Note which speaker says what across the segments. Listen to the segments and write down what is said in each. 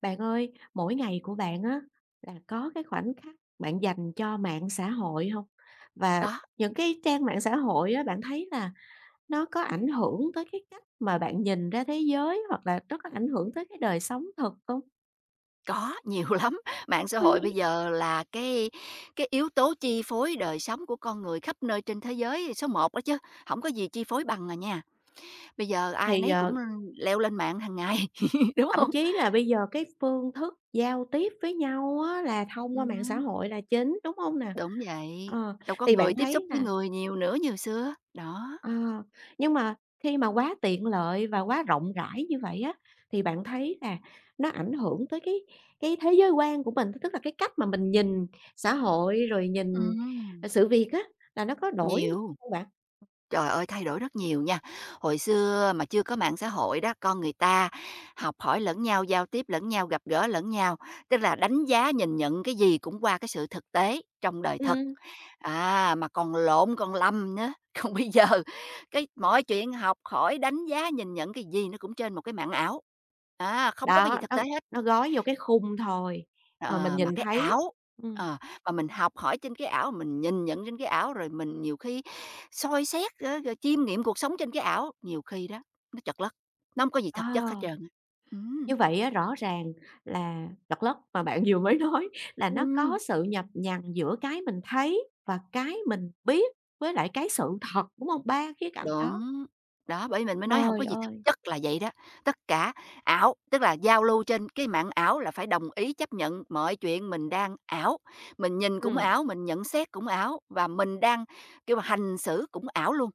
Speaker 1: Bạn ơi, mỗi ngày của bạn á là có cái khoảnh khắc bạn dành cho mạng xã hội hông? Và
Speaker 2: Có,
Speaker 1: những cái trang mạng xã hội á, bạn thấy là nó có ảnh hưởng tới cái cách mà bạn nhìn ra thế giới hoặc là nó có ảnh hưởng tới cái đời sống thực không?
Speaker 2: có, nhiều lắm. Mạng xã hội bây giờ là cái yếu tố chi phối đời sống của con người khắp nơi trên thế giới số một đó chứ, hổng có gì chi phối bằng à nha. Bây giờ ai
Speaker 1: Thì,
Speaker 2: nấy cũng leo lên mạng hàng ngày, đúng
Speaker 1: thậm
Speaker 2: không?
Speaker 1: chí là bây giờ cái phương thức giao tiếp với nhau á là thông qua mạng xã
Speaker 2: Ừm,
Speaker 1: hội là chính, đúng hông nè?
Speaker 2: Đúng vậy,
Speaker 1: Ờ,
Speaker 2: đâu có
Speaker 1: thì bạn
Speaker 2: người tiếp xúc
Speaker 1: thấy
Speaker 2: với
Speaker 1: là
Speaker 2: người nhiều nữa như xưa. Đó,
Speaker 1: Ờ, nhưng mà khi mà quá tiện lợi và quá rộng rãi như vậy á, thì bạn thấy là nó ảnh hưởng tới cái thế giới quan của mình, tức là cái cách mà mình nhìn xã hội, rồi nhìn,
Speaker 2: ừm,
Speaker 1: sự việc á, là nó có đổi
Speaker 2: nhiều.
Speaker 1: không bạn?
Speaker 2: Trời ơi, thay đổi rất nhiều nha. Hồi xưa mà chưa có mạng xã hội đó, con người ta học hỏi lẫn nhau, giao tiếp lẫn nhau, gặp gỡ lẫn nhau, tức là đánh giá, nhìn nhận cái gì cũng qua cái sự thực tế trong đời thật.
Speaker 1: Ừm,
Speaker 2: À, mà còn lộn, còn lầm nữa. Còn bây giờ, cái mọi chuyện học hỏi, đánh giá, nhìn nhận cái gì nó cũng trên một cái mạng ảo. À, không có cái gì
Speaker 1: đó,
Speaker 2: thực
Speaker 1: nó
Speaker 2: tế hết.
Speaker 1: nó gói vô cái khung thôi, ờ, mình
Speaker 2: Ờ, mà
Speaker 1: nhìn
Speaker 2: cái
Speaker 1: thấy.
Speaker 2: ảo,
Speaker 1: Ừm,
Speaker 2: ờ, mà mình học hỏi trên cái ảo, mình nhìn nhận trên cái ảo, rồi mình nhiều khi soi xét, rồi rồi chiêm nghiệm cuộc sống trên cái ảo, nhiều khi đó, nó trật lất, nó không có gì thực chất hết
Speaker 1: ờ.
Speaker 2: trơn á. Ừm,
Speaker 1: Như vậy á, rõ ràng là lật lất mà bạn vừa mới nói là nó có
Speaker 2: Ừm.
Speaker 1: sự nhập nhằng giữa cái mình thấy và cái mình biết với lại cái sự thật, đúng hông? Ba khía cạnh đó.
Speaker 2: Đúng, đó, bởi mình mới nói không
Speaker 1: Trời
Speaker 2: có gì thực
Speaker 1: ơi!
Speaker 2: chất là vậy đó, tất cả ảo, tức là giao lưu trên cái mạng ảo là phải đồng ý chấp nhận mọi chuyện mình đang ảo, mình nhìn cũng
Speaker 1: Ừ.
Speaker 2: ảo, mình nhận xét cũng ảo, và mình đang, kêu, là hành xử cũng ảo luôn.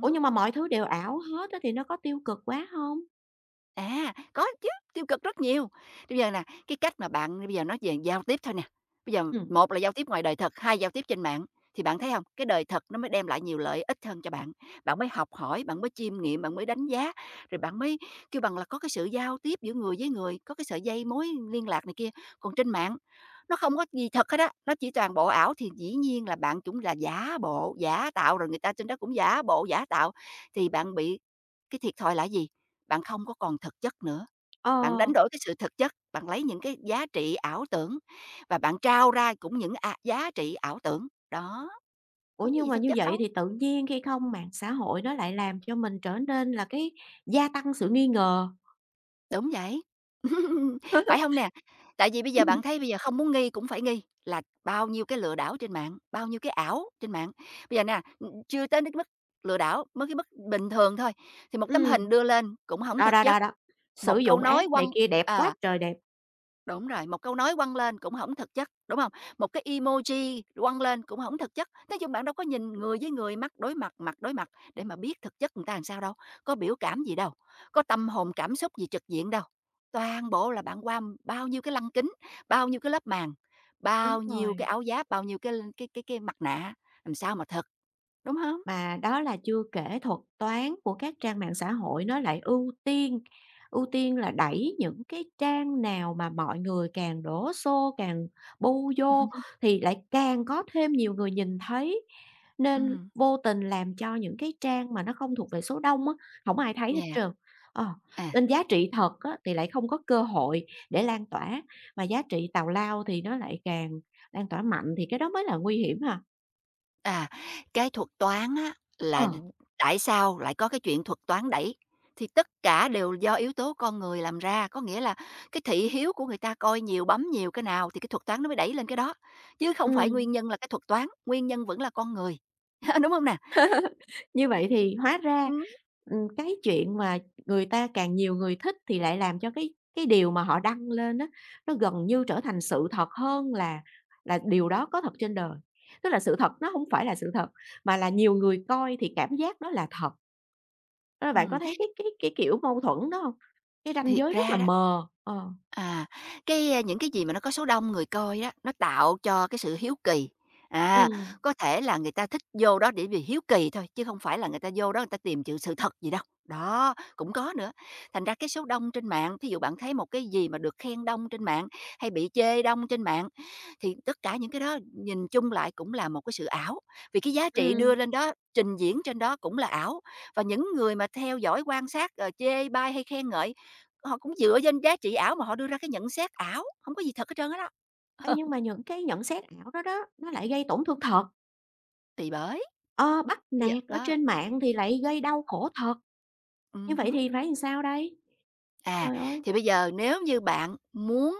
Speaker 1: Ủa, nhưng mà mọi thứ đều ảo hết á thì nó có tiêu cực quá không?
Speaker 2: À, có chứ, tiêu cực rất nhiều. Bây giờ nè, cái cách mà bạn bây giờ nói về giao tiếp thôi nè. Bây giờ
Speaker 1: Ừ.
Speaker 2: một là giao tiếp ngoài đời thật, hai giao tiếp trên mạng thì bạn thấy không? Cái đời thật nó mới đem lại nhiều lợi ích hơn cho bạn. Bạn mới học hỏi, bạn mới chiêm nghiệm, bạn mới đánh giá, rồi bạn mới kêu bằng là có cái sự giao tiếp giữa người với người, có cái sợi dây mối liên lạc này kia. Còn trên mạng nó không có gì thật hết á, nó chỉ toàn bộ ảo thì dĩ nhiên là bạn cũng là giả bộ, giả tạo, rồi người ta trên đó cũng giả bộ, giả tạo, thì bạn bị cái thiệt thòi là gì? Bạn không có còn thực chất nữa, bạn
Speaker 1: Ờ.
Speaker 2: đánh đổi cái sự thực chất, bạn lấy những cái giá trị ảo tưởng và bạn trao ra cũng những, à, giá trị ảo tưởng. Đó,
Speaker 1: Ủa,
Speaker 2: không có
Speaker 1: nhưng
Speaker 2: gì
Speaker 1: mà
Speaker 2: thực
Speaker 1: như
Speaker 2: chất
Speaker 1: vậy
Speaker 2: đâu.
Speaker 1: thì tự nhiên khi không mạng xã hội nó lại làm cho mình trở nên là cái gia tăng sự nghi ngờ.
Speaker 2: Đúng vậy. Phải không nè? Tại vì bây giờ bạn thấy bây giờ không muốn nghi cũng phải nghi là bao nhiêu cái lừa đảo trên mạng, bao nhiêu cái ảo trên mạng. Bây giờ nè, ừ, chưa tới đến mức lừa đảo, mới cái mức bình thường thôi, thì một tấm
Speaker 1: Ừ.
Speaker 2: hình đưa lên cũng không
Speaker 1: Đó,
Speaker 2: thực
Speaker 1: đó,
Speaker 2: chất,
Speaker 1: đó, đó. Sử
Speaker 2: một câu
Speaker 1: dụng
Speaker 2: nói
Speaker 1: app
Speaker 2: quăng
Speaker 1: này kia đẹp quá
Speaker 2: à.
Speaker 1: trời đẹp.
Speaker 2: Đúng rồi, một câu nói quăng lên cũng không thực chất, đúng không? Một cái emoji quăng lên cũng không thực chất. Nói chung bạn đâu có nhìn người với người, mắt đối mặt, mặt đối mặt để mà biết thực chất người ta làm sao đâu, có biểu cảm gì đâu, có tâm hồn cảm xúc gì trực diện đâu. Toàn bộ là bạn qua bao nhiêu cái lăng kính, bao nhiêu cái lớp màng,
Speaker 1: Đúng
Speaker 2: bao nhiêu
Speaker 1: rồi.
Speaker 2: cái áo giáp, bao nhiêu cái mặt nạ, làm sao mà thật, đúng không?
Speaker 1: Mà đó là chưa kể thuật toán của các trang mạng xã hội nó lại ưu tiên là đẩy những cái trang nào mà mọi người càng đổ xô, càng bu vô thì lại càng có thêm nhiều người nhìn thấy, nên
Speaker 2: Ừm,
Speaker 1: vô tình làm cho những cái trang mà nó không thuộc về số đông á, hổng ai thấy hết
Speaker 2: yeah,
Speaker 1: trơn. Ờ,
Speaker 2: à.
Speaker 1: nên giá trị thật á thì lại không có cơ hội để lan tỏa, mà giá trị tào lao thì nó lại càng lan tỏa mạnh thì cái đó mới là nguy hiểm ha.
Speaker 2: À, cái thuật toán á
Speaker 1: Ờ,
Speaker 2: là tại sao lại có cái chuyện thuật toán đẩy, thì tất cả đều do yếu tố con người làm ra. Có nghĩa là cái thị hiếu của người ta coi nhiều, bấm nhiều cái nào thì cái thuật toán nó mới đẩy lên cái đó, chứ không phải
Speaker 1: ừm.
Speaker 2: nguyên nhân là cái thuật toán, nguyên nhân vẫn là con người, đúng không nè?
Speaker 1: Như vậy thì hóa ra,
Speaker 2: Ừm,
Speaker 1: cái chuyện mà người ta càng nhiều người thích thì lại làm cho cái điều mà họ đăng lên đó nó gần như trở thành sự thật hơn là điều đó có thật trên đời. Tức là sự thật nó không phải là sự thật, mà là nhiều người coi thì cảm giác đó là thật. Đó là bạn có
Speaker 2: ừm,
Speaker 1: thấy cái kiểu mâu thuẫn đó không? Cái ranh
Speaker 2: thiệt
Speaker 1: giới rất là
Speaker 2: ra đó,
Speaker 1: mờ, ờ,
Speaker 2: à, những cái gì mà nó có số đông người coi á, nó tạo cho cái sự hiếu kỳ. À,
Speaker 1: ừm,
Speaker 2: có thể là người ta thích vô đó để vì hiếu kỳ thôi, chứ không phải là người ta vô đó người ta tìm chự sự thật gì đâu. Đó, cũng có nữa. Thành ra cái số đông trên mạng, thí dụ bạn thấy một cái gì mà được khen đông trên mạng, hay bị chê đông trên mạng, thì tất cả những cái đó nhìn chung lại cũng là một cái sự ảo. Vì cái giá trị đưa
Speaker 1: ừm.
Speaker 2: lên đó, trình diễn trên đó cũng là ảo, và những người mà theo dõi, quan sát, ờ, chê bai hay khen ngợi, họ cũng dựa trên giá trị ảo mà họ đưa ra cái nhận xét ảo, hông có gì thật hết trơn hết á,
Speaker 1: Ê,
Speaker 2: đó.
Speaker 1: nhưng mà những cái nhận xét ảo đó đó, nó lại gây tổn thương thật,
Speaker 2: Thì bởi
Speaker 1: ờ, bắt
Speaker 2: bây giờ
Speaker 1: nạt ở
Speaker 2: đó,
Speaker 1: trên mạng thì lại gây đau khổ thật. Như vậy
Speaker 2: hứm.
Speaker 1: thì phải làm sao đây?
Speaker 2: À,
Speaker 1: Trời ơi!
Speaker 2: thì bây giờ nếu như bạn muốn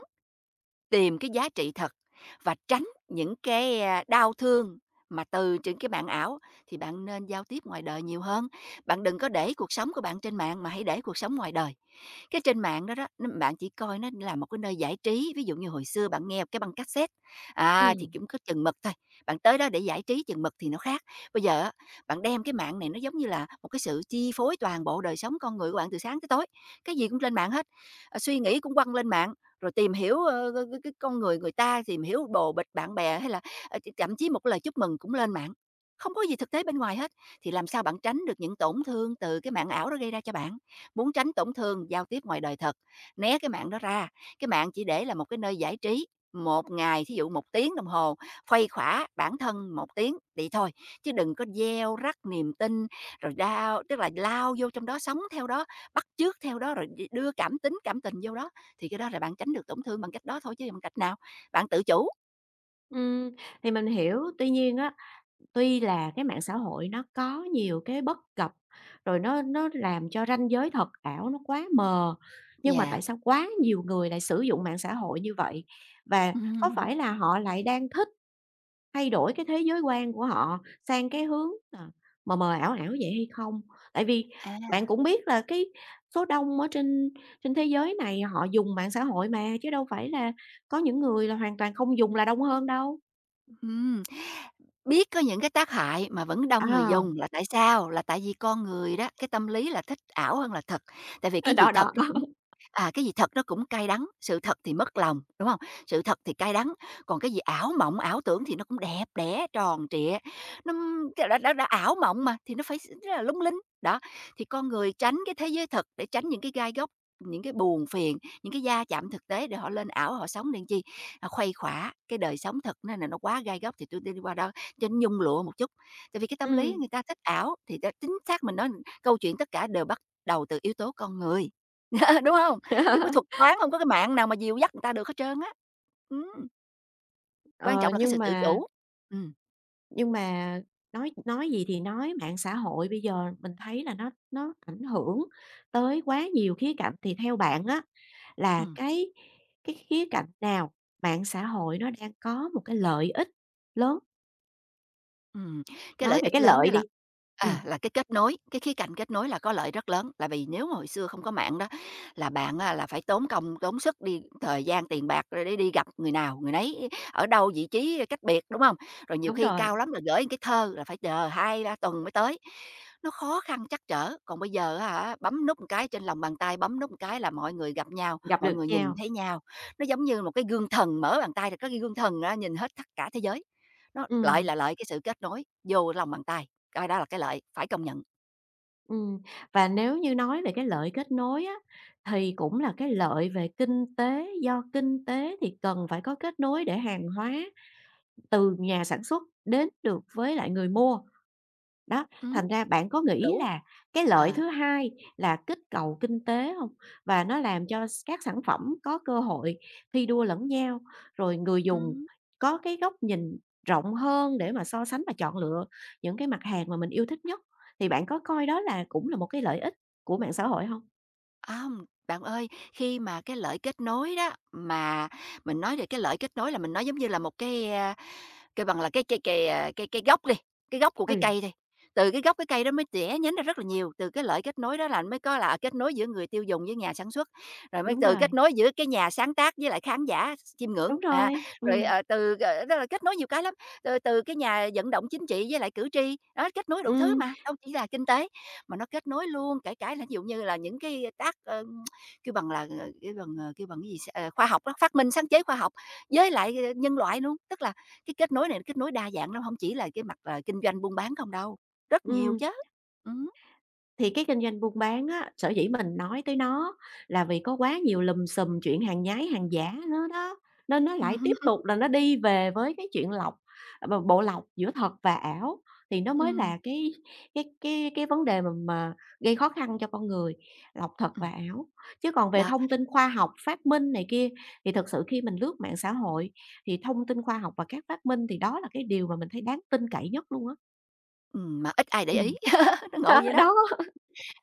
Speaker 2: tìm cái giá trị thật và tránh những cái, à, đau thương mà từ trên cái mạng ảo, thì bạn nên giao tiếp ngoài đời nhiều hơn. Bạn đừng có để cuộc sống của bạn trên mạng, mà hãy để cuộc sống ngoài đời. Cái trên mạng đó đó, nó bạn chỉ coi nó là một cái nơi giải trí, ví dụ như hồi xưa bạn nghe cái băng cassette, à, thì
Speaker 1: Ừm.
Speaker 2: cũng có chừng mực thôi, bạn tới đó để giải trí chừng mực thì nó khác. Bây giờ á, bạn đem cái mạng này nó giống như là một cái sự chi phối toàn bộ đời sống con người của bạn từ sáng tới tối, cái gì cũng lên mạng hết, ờ, suy nghĩ cũng quăng lên mạng, rồi tìm hiểu, cái con người người ta, tìm hiểu bồ bịch bạn bè hay là, ờ, ch thậm chí một lời chúc mừng cũng lên mạng. Không có gì thực tế bên ngoài hết, thì làm sao bạn tránh được những tổn thương từ cái mạng ảo đó gây ra cho bạn? Muốn tránh tổn thương giao tiếp ngoài đời thật, né cái mạng đó ra, cái mạng chỉ để là một cái nơi giải trí, một ngày thí dụ một tiếng đồng hồ, khuây khỏa bản thân một tiếng vậy thôi, chứ đừng có gieo rắc niềm tin, rồi đao tức là lao vô trong đó, sống theo đó, bắt chước theo đó, rồi đưa cảm tính, cảm tình vô đó. Thì cái đó là bạn tránh được tổn thương bằng cách đó thôi chứ bằng cách nào? Bạn tự chủ.
Speaker 1: Ừm, thì mình hiểu, tuy nhiên á, tuy là cái mạng xã hội nó có nhiều cái bất cập, rồi nó làm cho ranh giới thật ảo nó quá mờ, nhưng mà tại
Speaker 2: Dạ.
Speaker 1: sao quá nhiều người lại sử dụng mạng xã hội như vậy? Và có
Speaker 2: Ừm,
Speaker 1: phải là họ lại đang thích thay đổi cái thế giới quan của họ sang cái hướng, ờ, mờ mờ, ảo ảo vậy hay không? Tại vì
Speaker 2: à,
Speaker 1: bạn cũng biết là cái số đông ở trên trên thế giới này họ dùng mạng xã hội mà, chứ đâu phải là có những người là hoàn toàn không dùng là đông hơn đâu.
Speaker 2: ừm. Biết có những cái tác hại mà vẫn đông người
Speaker 1: À,
Speaker 2: dùng là tại sao? Là tại vì con người đó, cái tâm lý là thích ảo hơn là thật. Tại vì cái gì
Speaker 1: đó,
Speaker 2: thật
Speaker 1: đó.
Speaker 2: nó cũng à, Cái gì thật nó cũng cay đắng, sự thật thì mất lòng, đúng không? Sự thật thì cay đắng, còn cái gì ảo mộng, ảo tưởng thì nó cũng đẹp đẽ, tròn trịa, nó đã ảo mộng mà, thì nó phải rất là lung linh. Đó, thì con người tránh cái thế giới thật để tránh những cái gai góc, những cái buồn phiền, những cái va chạm thực tế để họ lên ảo họ sống nên chi? Họ khuây khỏa cái đời sống thật nên là nó quá gai góc thì tôi đi qua đó cho trên nhung lụa một chút, tại vì cái tâm lý
Speaker 1: Ừm.
Speaker 2: người ta thích ảo, thì ta chính xác mình nói câu chuyện tất cả đều bắt đầu từ yếu tố con người, đúng không? Chứ có thuật toán không có cái mạng nào mà dìu dắt người ta được hết trơn á. Ừm, quan
Speaker 1: Ờ,
Speaker 2: trọng là cái
Speaker 1: nhưng
Speaker 2: sự tự
Speaker 1: mà
Speaker 2: chủ. Ừm,
Speaker 1: Nhưng mà nói gì thì nói, mạng xã hội bây giờ mình thấy là nó ảnh hưởng tới quá nhiều khía cạnh, thì theo bạn á, là
Speaker 2: ừm.
Speaker 1: cái khía cạnh nào mạng xã hội nó đang có một cái lợi ích lớn?
Speaker 2: Ừm, cái
Speaker 1: Nói
Speaker 2: lợi
Speaker 1: về
Speaker 2: ích
Speaker 1: cái
Speaker 2: lớn
Speaker 1: lợi
Speaker 2: đó là,
Speaker 1: đi. Ừm,
Speaker 2: à, là cái kết nối, cái khía cạnh kết nối là có lợi rất lớn, là vì nếu mà hồi xưa không có mạng đó là bạn á, là phải tốn công, tốn sức đi thời gian, tiền bạc rồi để đi gặp người nào, người nấy ở đâu, vị trí cách biệt, đúng không? Rồi nhiều
Speaker 1: đúng
Speaker 2: khi
Speaker 1: rồi,
Speaker 2: cao lắm là gửi cái thơ là phải chờ hai 3 tuần mới tới, nó khó khăn trắc trở. Còn bây giờ á hả, bấm nút một cái trên lòng bàn tay, bấm nút một cái là mọi người gặp nhau,
Speaker 1: gặp
Speaker 2: mọi
Speaker 1: được
Speaker 2: người nhìn
Speaker 1: nhau.
Speaker 2: thấy nhau, nó giống như một cái gương thần, mở bàn tay thì có cái gương thần á, nhìn hết tất cả thế giới. Nó lợi
Speaker 1: Ừm,
Speaker 2: là lợi cái sự kết nối vô lòng bàn tay, coi đó là cái lợi, phải công nhận.
Speaker 1: ừm, và nếu như nói về cái lợi kết nối á, thì cũng là cái lợi về kinh tế, do kinh tế thì cần phải có kết nối để hàng hóa từ nhà sản xuất đến được với lại người mua. Đó,
Speaker 2: Ừm.
Speaker 1: thành ra bạn có nghĩ
Speaker 2: Đủ.
Speaker 1: là cái lợi
Speaker 2: À.
Speaker 1: thứ hai là kích cầu kinh tế không? Và nó làm cho s các sản phẩm có cơ hội thi đua lẫn nhau, rồi người dùng
Speaker 2: Ừm.
Speaker 1: có cái góc nhìn rộng hơn để mà so sánh và chọn lựa những cái mặt hàng mà mình yêu thích nhất, thì bạn có coi đó là cũng là một cái lợi ích của mạng xã hội không?
Speaker 2: À, hông, bạn ơi, khi mà cái lợi kết nối đó, mà mình nói về cái lợi kết nối là mình nói giống như là một cái, kêu bằng là cái gốc đi, cái gốc của cái
Speaker 1: Ừ,
Speaker 2: cây đi, từ cái gốc cái cây đó mới tỉa nhánh ra rất là nhiều, từ cái lợi kết nối đó là mới có là kết nối giữa người tiêu dùng với nhà sản xuất, rồi mới
Speaker 1: đúng
Speaker 2: từ
Speaker 1: rồi,
Speaker 2: kết nối giữa cái nhà sáng tác với lại khán giả chiêm ngưỡng,
Speaker 1: đúng rồi,
Speaker 2: rồi,
Speaker 1: ừ
Speaker 2: đó là kết nối nhiều cái lắm, từ từ cái nhà vận động chính trị với lại cử tri, đó, kết nối
Speaker 1: ừ
Speaker 2: đủ thứ mà, đâu chỉ là kinh tế, mà nó kết nối luôn kể cả là ví dụ như là những cái tác, ơ, kêu bằng là, ờ, kêu bằng cái gì, ờ, khoa học đó, phát minh sáng chế khoa học với lại, nhân loại luôn, tức là cái kết nối này là kết nối đa dạng lắm, không chỉ là cái mặt, là kinh doanh buôn bán không đâu, rất nhiều
Speaker 1: ừ.
Speaker 2: chứ. Ừm,
Speaker 1: Thì cái kinh doanh buôn bán á, sở dĩ mình nói tới nó là vì có quá nhiều lùm xùm chuyện hàng nhái, hàng giả nữa đó, nên nó lại
Speaker 2: hưm,
Speaker 1: tiếp tục là nó đi về với cái chuyện lọc b bộ lọc giữa thật và ảo, thì nó mới
Speaker 2: ừm,
Speaker 1: là cái cái vấn đề mà gây khó khăn cho con người, lọc thật và
Speaker 2: ừm,
Speaker 1: ảo. Chứ còn về
Speaker 2: đó,
Speaker 1: thông tin khoa học, phát minh này kia thì thực sự khi mình lướt mạng xã hội thì thông tin khoa học và các phát minh thì đó là cái điều mà mình thấy đáng tin cậy nhất luôn á.
Speaker 2: mà ít ai để ý,
Speaker 1: Ừm.
Speaker 2: nó ngộ vậy đó.
Speaker 1: Đó.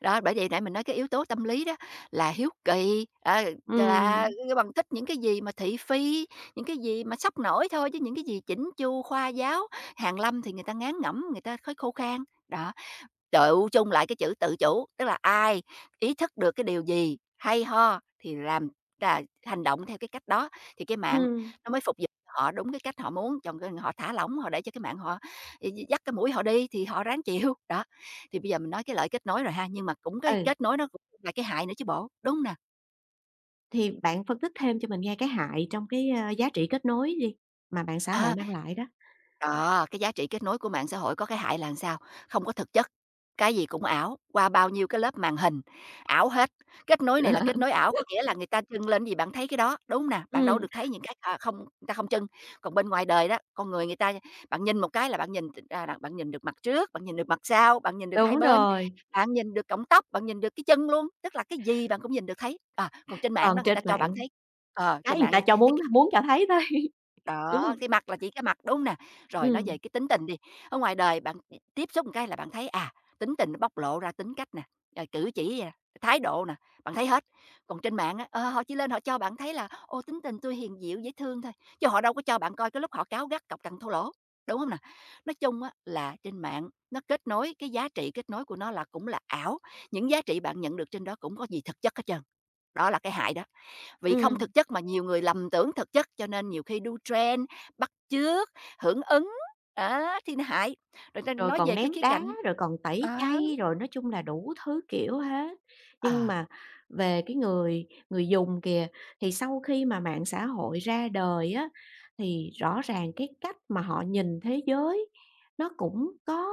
Speaker 2: Đó, bởi vậy nãy mình nói cái yếu tố tâm lý đó là hiếu kỳ,
Speaker 1: Ừm,
Speaker 2: là bằng thích những cái gì mà thị phi, những cái gì mà sốc nổi thôi, chứ những cái gì chỉnh chu, khoa giáo, hàn lâm thì người ta ngán ngẩm, người ta khói khô khan, đó. Tựu chung lại cái chữ tự chủ, tức là ai ý thức được cái điều gì hay ho thì làm là hành động theo cái cách đó, thì cái mạng
Speaker 1: ừm.
Speaker 2: nó mới phục vụ họ đúng cái cách họ muốn, còn cái họ thả lỏng, họ để cho cái mạng họ dắt cái mũi họ đi thì họ ráng chịu. Đó, thì bây giờ mình nói cái lợi kết nối rồi ha, nhưng mà cũng cái
Speaker 1: Ừ,
Speaker 2: kết nối nó cũng là cái hại nữa chứ bộ, đúng nè?
Speaker 1: thì bạn phân tích thêm cho mình nghe cái hại trong cái, ơ, giá trị kết nối đi, mà mạng xã hội
Speaker 2: À.
Speaker 1: mang lại đó.
Speaker 2: Đó, cái giá trị kết nối của mạng xã hội có cái hại là làm sao? Không có thực chất, cái gì cũng ảo, qua bao nhiêu cái lớp màn hình, ảo hết. Kết nối này là kết nối ảo, có nghĩa là người ta trưng lên gì bạn thấy cái đó, đúng nè? Bạn đâu
Speaker 1: Ừm,
Speaker 2: được thấy những cái, à, không người ta không trưng. Còn bên ngoài đời đó, con người người ta bạn nhìn một cái là bạn nhìn à, là bạn nhìn được mặt trước, bạn nhìn được mặt sau, bạn nhìn được hai
Speaker 1: đúng
Speaker 2: bên,
Speaker 1: rồi,
Speaker 2: bạn nhìn được cọng tóc, bạn nhìn được cái chân luôn, tức là cái gì bạn cũng nhìn được thấy. À, còn trên mạng
Speaker 1: còn
Speaker 2: đó người
Speaker 1: trên
Speaker 2: ta cho bạn
Speaker 1: mạng
Speaker 2: thấy
Speaker 1: cái
Speaker 2: trên
Speaker 1: người
Speaker 2: mạng
Speaker 1: ta
Speaker 2: đi
Speaker 1: cho muốn
Speaker 2: thấy
Speaker 1: muốn cho thấy thôi, đúng
Speaker 2: đó,
Speaker 1: hông?
Speaker 2: cái mặt là chỉ cái mặt, đúng hông nè? Rồi nói
Speaker 1: Ừm,
Speaker 2: về cái tính tình đi, ở ngoài đời bạn tiếp xúc một cái là bạn thấy, à, tính tình nó bộc lộ ra tính cách nè, rồi cử chỉ nè, thái độ nè, bạn thấy hết. Còn trên mạng á, họ chỉ lên họ cho bạn thấy là "Ô, tính tình tui hiền dịu, dễ thương" thôi, chứ họ đâu có cho bạn coi cái lúc họ cáu gắt, cọc cằn thô lỗ, đúng hông nè? Nói chung á là trên mạng nó kết nối, cái giá trị kết nối của nó là cũng là ảo, những giá trị bạn nhận được trên đó cũng có gì thực chất hết trơn, đó là cái hại đó. Vì không
Speaker 1: ừm,
Speaker 2: thực chất mà nhiều người lầm tưởng thực chất, cho nên nhiều khi đu trend, bắt chước, hưởng ứng, á, thì nó hại. Rồi ta
Speaker 1: rồi
Speaker 2: nói
Speaker 1: còn
Speaker 2: về cái
Speaker 1: ném
Speaker 2: khía
Speaker 1: đá,
Speaker 2: cạnh
Speaker 1: rồi còn tẩy
Speaker 2: ờ,
Speaker 1: chay, rồi nói chung là đủ thứ kiểu hết. Nhưng
Speaker 2: ờ,
Speaker 1: mà về cái người người dùng kìa, thì sau khi mà mạng xã hội ra đời á, thì rõ ràng cái cách mà họ nhìn thế giới nó cũng có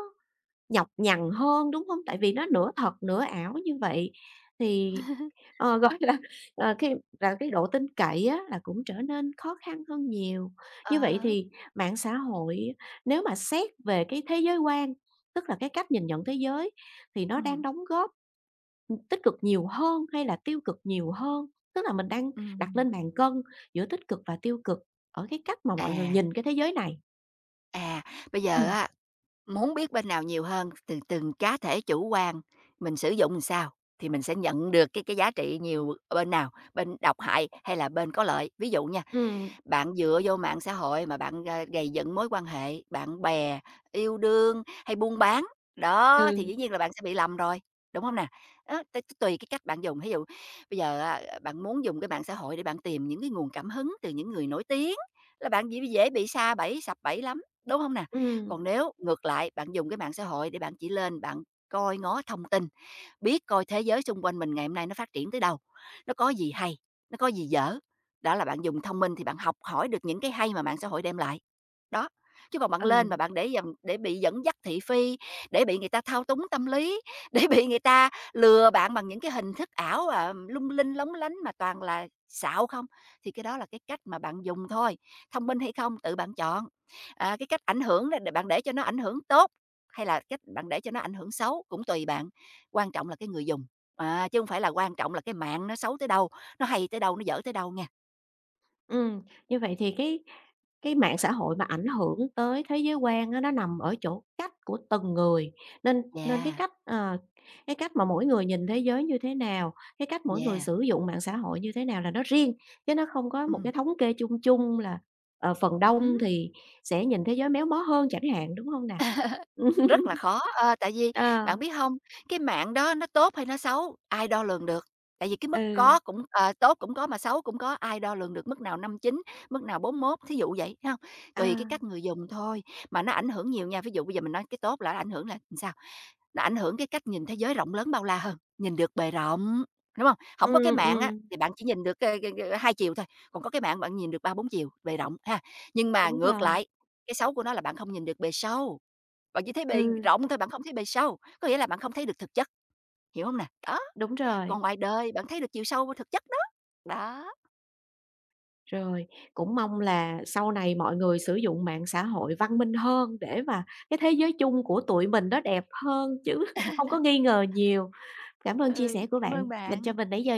Speaker 1: nhọc nhằn hơn, đúng không? Tại vì nó nửa thật nửa ảo như vậy thì, ờ, gọi là, ờ, cái là cái độ tin cậy á là cũng trở nên khó khăn hơn nhiều.
Speaker 2: ờ,
Speaker 1: Như vậy thì mạng xã hội nếu mà xét về cái thế giới quan, tức là cái cách nhìn nhận thế giới thì nó đang
Speaker 2: ừm,
Speaker 1: đóng góp tích cực nhiều hơn hay là tiêu cực nhiều hơn? Tức là mình đang đặt
Speaker 2: ừm,
Speaker 1: lên bàn cân giữa tích cực và tiêu cực ở cái cách mà mọi người
Speaker 2: à,
Speaker 1: nhìn cái thế giới này.
Speaker 2: à, bây
Speaker 1: Ừ,
Speaker 2: giờ á muốn biết bên nào nhiều hơn, từ từng cá thể chủ quan mình sử dụng làm sao thì mình sẽ nhận được cái giá trị nhiều bên nào, bên độc hại hay là bên có lợi. Ví dụ nha,
Speaker 1: ừ, ừ.
Speaker 2: bạn dựa vô mạng xã hội mà bạn, gầy dựng mối quan hệ, bạn bè, yêu đương hay buôn bán, đó, thì dĩ nhiên là bạn sẽ bị lầm rồi, đúng không nè? Đó, tùy cái cách bạn dùng, ví dụ bây giờ á, bạn muốn dùng cái mạng xã hội để bạn tìm những cái nguồn cảm hứng từ những người nổi tiếng là bạn dễ dễ bị sa bẫy, sập bẫy lắm, đúng không nè?
Speaker 1: Ừm,
Speaker 2: Còn nếu ngược lại bạn dùng cái mạng xã hội để bạn chỉ lên bạn coi ngó thông tin biết coi thế giới xung quanh mình ngày hôm nay nó phát triển tới đâu, nó có gì hay, nó có gì dở. Đó là bạn dùng thông minh thì bạn học hỏi được những cái hay mà mạng xã hội đem lại. Đó, chứ còn bạn
Speaker 1: ừ.
Speaker 2: lên mà bạn để dần để bị dẫn dắt thị phi, để bị người ta thao túng tâm lý, để bị người ta lừa bạn bằng những cái hình thức ảo, à, lung linh lóng lánh mà toàn là xạo không, thì cái đó là cái cách mà bạn dùng thôi. Thông minh hay không tự bạn chọn. À, cái cách ảnh hưởng đó để bạn để cho nó ảnh hưởng tốt hay là cách bạn để cho nó ảnh hưởng xấu cũng tùy bạn. Quan trọng là cái người dùng, à, chứ không phải là quan trọng là cái mạng nó xấu tới đâu, nó hay tới đâu, nó dở tới đâu nha.
Speaker 1: Ừ như vậy thì cái mạng xã hội mà ảnh hưởng tới thế giới quan á, nó nằm ở chỗ cách của từng người, nên nên cái
Speaker 2: Dạ,
Speaker 1: cách, ờ, cái cách mà mỗi người nhìn thế giới như thế nào, cái cách mỗi người
Speaker 2: dạ,
Speaker 1: sử dụng mạng xã hội như thế nào là nó riêng, chứ nó không có một
Speaker 2: ừm,
Speaker 1: cái thống kê chung chung là, ờ, phần
Speaker 2: ừm,
Speaker 1: đông thì sẽ nhìn thế giới méo mó hơn chẳng hạn, đúng không nè?
Speaker 2: rất là khó, tại vì
Speaker 1: Ờ,
Speaker 2: bạn biết không cái mạng đó nó tốt hay nó xấu, ai đo lường được, tại vì cái mức
Speaker 1: ừ,
Speaker 2: có cũng tốt cũng có mà xấu cũng có, ai đo lường được mức nào năm chín mức nào bốn mốt thí dụ vậy, thấy hông?
Speaker 1: à,
Speaker 2: Tùy cái cách người dùng thôi, mà nó ảnh hưởng nhiều nha, ví dụ bây giờ mình nói cái tốt là ảnh hưởng là sao? Nó ảnh hưởng cái cách nhìn thế giới rộng lớn bao la hơn, nhìn được bề rộng, đúng không? Không có cái
Speaker 1: ừm,
Speaker 2: mạng
Speaker 1: ừm,
Speaker 2: á, thì bạn chỉ nhìn được, ơ, ơ, 2 chiều thôi, còn có cái mạng bạn nhìn được ba bốn chiều, bề rộng ha. Nhưng mà
Speaker 1: đúng
Speaker 2: ngược
Speaker 1: rồi,
Speaker 2: lại, cái xấu của nó là bạn không nhìn được bề sâu, bạn chỉ thấy
Speaker 1: ừ,
Speaker 2: bề rộng thôi, bạn không thấy bề sâu, có nghĩa là bạn không thấy được thực chất, hiểu không nè? Đó,
Speaker 1: đúng rồi.
Speaker 2: còn ngoài đời bạn thấy được chiều sâu của thực chất đó, đó.
Speaker 1: Rồi, cũng mong là sau này mọi người sử dụng mạng xã hội văn minh hơn để mà cái thế giới chung của tụi mình nó đẹp hơn chứ không có nghi ngờ nhiều. Cảm ơn chia
Speaker 2: Ừ,
Speaker 1: sẻ của
Speaker 2: cảm
Speaker 1: bạn
Speaker 2: ơn
Speaker 1: dành
Speaker 2: bạn.
Speaker 1: cho mình nãy giờ